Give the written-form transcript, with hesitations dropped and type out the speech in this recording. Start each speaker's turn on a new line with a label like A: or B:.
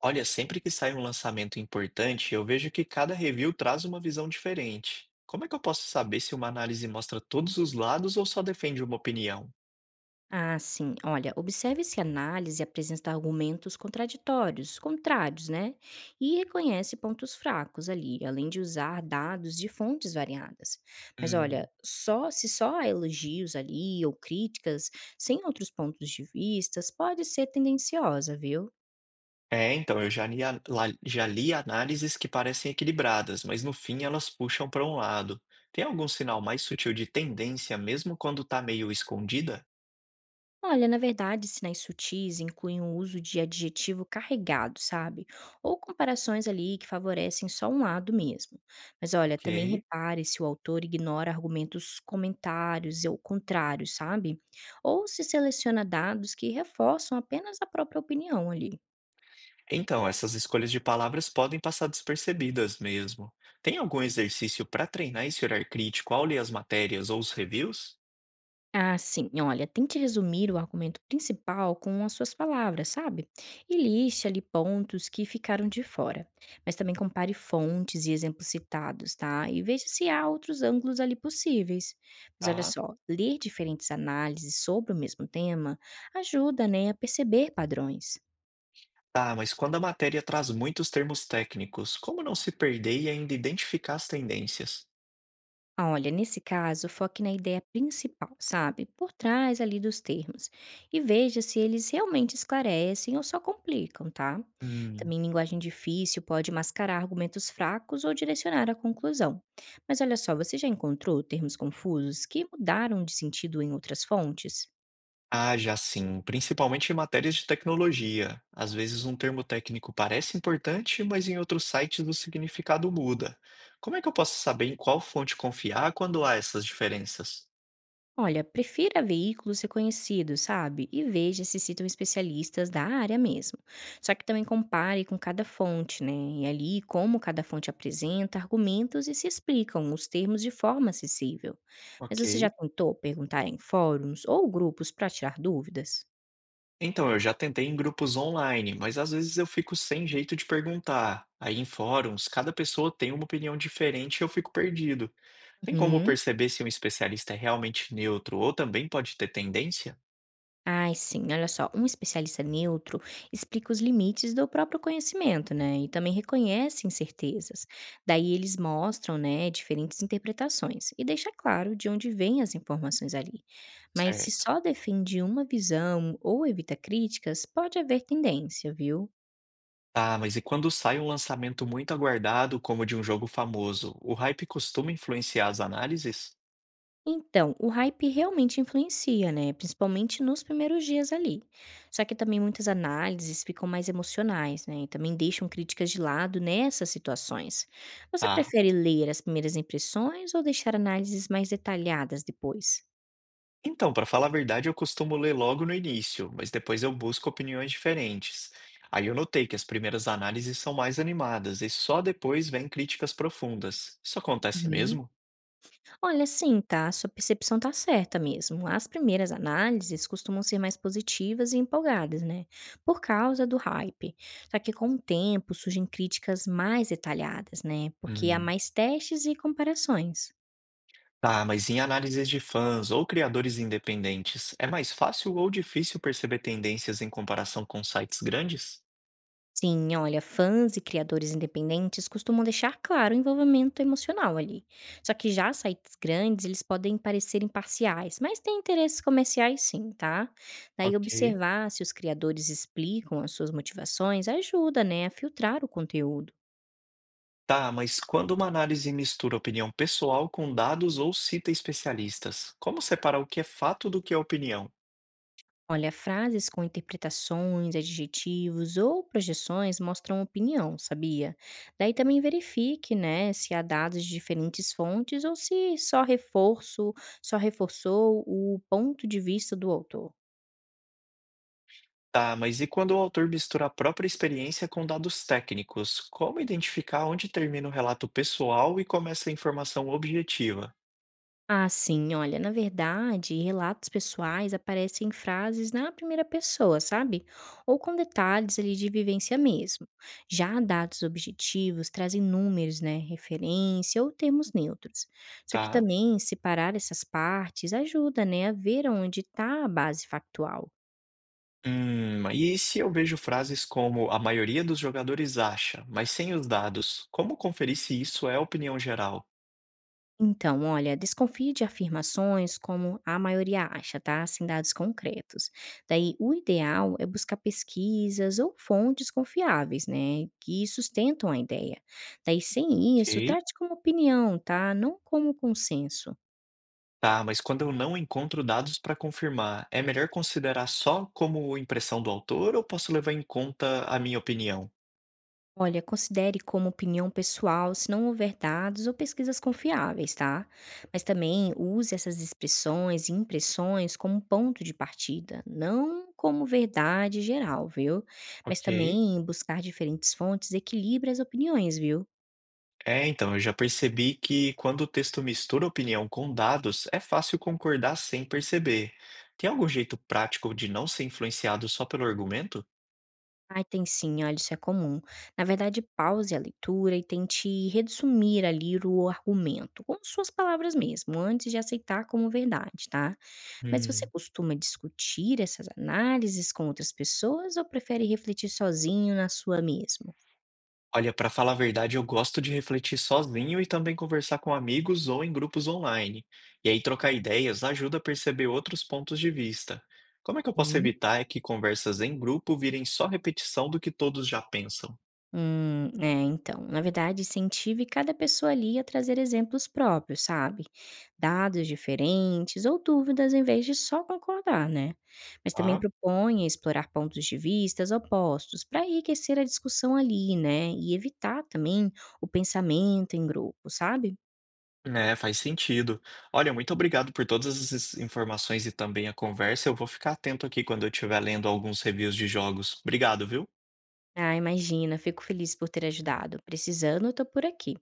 A: Olha, sempre que sai um lançamento importante, eu vejo que cada review traz uma visão diferente. Como é que eu posso saber se uma análise mostra todos os lados ou só defende uma opinião?
B: Ah, sim. Olha, observe se análise apresenta argumentos contraditórios, contrários, né? E reconhece pontos fracos ali, além de usar dados de fontes variadas. Mas olha,
A: Hum.
B: só se só há elogios ali ou críticas, sem outros pontos de vistas, pode ser tendenciosa, viu?
A: É, então, eu já li, já li análises que parecem equilibradas, mas no fim elas puxam para um lado. Tem algum sinal mais sutil de tendência, mesmo quando está meio escondida?
B: Olha, na verdade, sinais sutis incluem o uso de adjetivo carregado, sabe? Ou comparações ali que favorecem só um lado mesmo. Mas olha,
A: Ok.
B: também repare se o autor ignora argumentos comentários ou contrários, sabe? Ou se seleciona dados que reforçam apenas a própria opinião ali.
A: Então, essas escolhas de palavras podem passar despercebidas mesmo. Tem algum exercício para treinar esse olhar crítico ao ler as matérias ou os reviews?
B: Ah, sim. Olha, tente resumir o argumento principal com as suas palavras, sabe? E liste ali pontos que ficaram de fora. Mas também compare fontes e exemplos citados, tá? E veja se há outros ângulos ali possíveis. Mas olha
A: Tá.
B: só, ler diferentes análises sobre o mesmo tema ajuda, né, a perceber padrões.
A: Tá, mas quando a matéria traz muitos termos técnicos, como não se perder e ainda identificar as tendências?
B: Ah, olha, nesse caso, foque na ideia principal, sabe? Por trás ali dos termos. E veja se eles realmente esclarecem ou só complicam, tá?
A: Hum.
B: Também linguagem difícil pode mascarar argumentos fracos ou direcionar a conclusão. Mas olha só, você já encontrou termos confusos que mudaram de sentido em outras fontes?
A: Ah, já sim, principalmente em matérias de tecnologia. Às vezes um termo técnico parece importante, mas em outros sites o significado muda. Como é que eu posso saber em qual fonte confiar quando há essas diferenças?
B: Olha, prefira veículos reconhecidos, sabe? E veja se citam especialistas da área mesmo. Só que também compare com cada fonte, né? E ali como cada fonte apresenta argumentos e se explicam os termos de forma acessível. Mas
A: Ok.
B: você já tentou perguntar em fóruns ou grupos para tirar dúvidas?
A: Então, eu já tentei em grupos online, mas às vezes eu fico sem jeito de perguntar. Aí em fóruns, cada pessoa tem uma opinião diferente e eu fico perdido. Tem como
B: Uhum.
A: perceber se um especialista é realmente neutro ou também pode ter tendência?
B: Ai, sim, olha só, um especialista neutro explica os limites do próprio conhecimento, né? E também reconhece incertezas. Daí eles mostram, né, diferentes interpretações e deixa claro de onde vêm as informações ali. Mas se
A: Certo.
B: só defende uma visão ou evita críticas, pode haver tendência, viu?
A: Tá, mas e quando sai um lançamento muito aguardado, como de um jogo famoso, o hype costuma influenciar as análises?
B: Então, o hype realmente influencia, né? Principalmente nos primeiros dias ali. Só que também muitas análises ficam mais emocionais, né? E também deixam críticas de lado nessas situações. Você
A: Tá.
B: prefere ler as primeiras impressões ou deixar análises mais detalhadas depois?
A: Então, para falar a verdade, eu costumo ler logo no início, mas depois eu busco opiniões diferentes. Aí eu notei que as primeiras análises são mais animadas e só depois vêm críticas profundas. Isso acontece
B: Uhum.
A: mesmo?
B: Olha, sim, tá. Sua percepção tá certa mesmo. As primeiras análises costumam ser mais positivas e empolgadas, né? Por causa do hype. Só que com o tempo surgem críticas mais detalhadas, né? Porque há
A: Hum.
B: mais testes e comparações.
A: Tá, mas em análises de fãs ou criadores independentes, é mais fácil ou difícil perceber tendências em comparação com sites grandes?
B: Sim, olha, fãs e criadores independentes costumam deixar claro o envolvimento emocional ali. Só que já sites grandes, eles podem parecer imparciais, mas têm interesses comerciais sim, tá? Daí
A: Ok.
B: observar se os criadores explicam as suas motivações ajuda, né, a filtrar o conteúdo.
A: Tá, mas quando uma análise mistura opinião pessoal com dados ou cita especialistas, como separar o que é fato do que é opinião?
B: Olha, frases com interpretações, adjetivos ou projeções mostram opinião, sabia? Daí também verifique, né, se há dados de diferentes fontes ou se só reforço, só reforçou o ponto de vista do autor.
A: Tá, mas e quando o autor mistura a própria experiência com dados técnicos? Como identificar onde termina o relato pessoal e começa a informação objetiva,
B: Ah, sim, olha, na verdade, relatos pessoais aparecem frases na primeira pessoa, sabe? Ou com detalhes ali de vivência mesmo. Já dados objetivos trazem números, né, referência ou termos neutros. Só que
A: tá?
B: também separar essas partes ajuda, né, a ver onde está a base factual.
A: E se eu vejo frases como a maioria dos jogadores acha, mas sem os dados, como conferir se isso é opinião geral?
B: Então, olha, desconfie de afirmações como a maioria acha, tá? Sem dados concretos. Daí, o ideal é buscar pesquisas ou fontes confiáveis, né? Que sustentam a ideia. Daí, sem
A: Ok.
B: isso, trate como opinião, tá? Não como consenso.
A: Tá, mas quando eu não encontro dados para confirmar, é melhor considerar só como impressão do autor ou posso levar em conta a minha opinião?
B: Olha, considere como opinião pessoal se não houver dados ou pesquisas confiáveis, tá? Mas também use essas expressões e impressões como ponto de partida, não como verdade geral, viu? Mas
A: Ok.
B: também buscar diferentes fontes equilibra as opiniões, viu?
A: É, então, eu já percebi que quando o texto mistura opinião com dados, é fácil concordar sem perceber. Tem algum jeito prático de não ser influenciado só pelo argumento?
B: Ai, tem sim, olha, isso é comum. Na verdade, pause a leitura e tente resumir ali o argumento, com suas palavras mesmo, antes de aceitar como verdade, tá? Mas você
A: Hum.
B: costuma discutir essas análises com outras pessoas ou prefere refletir sozinho na sua mesmo?
A: Olha, para falar a verdade, eu gosto de refletir sozinho e também conversar com amigos ou em grupos online. E aí trocar ideias ajuda a perceber outros pontos de vista. Como é que eu posso
B: Hum.
A: evitar que conversas em grupo virem só repetição do que todos já pensam?
B: É, então, na verdade, incentive cada pessoa ali a trazer exemplos próprios, sabe? Dados diferentes ou dúvidas em vez de só concordar, né? Mas também
A: Ah.
B: proponha explorar pontos de vistas opostos para enriquecer a discussão ali, né? E evitar também o pensamento em grupo, sabe?
A: É, faz sentido. Olha, muito obrigado por todas as informações e também a conversa. Eu vou ficar atento aqui quando eu estiver lendo alguns reviews de jogos. Obrigado, viu?
B: Ah, imagina, fico feliz por ter ajudado. Precisando, eu tô por aqui.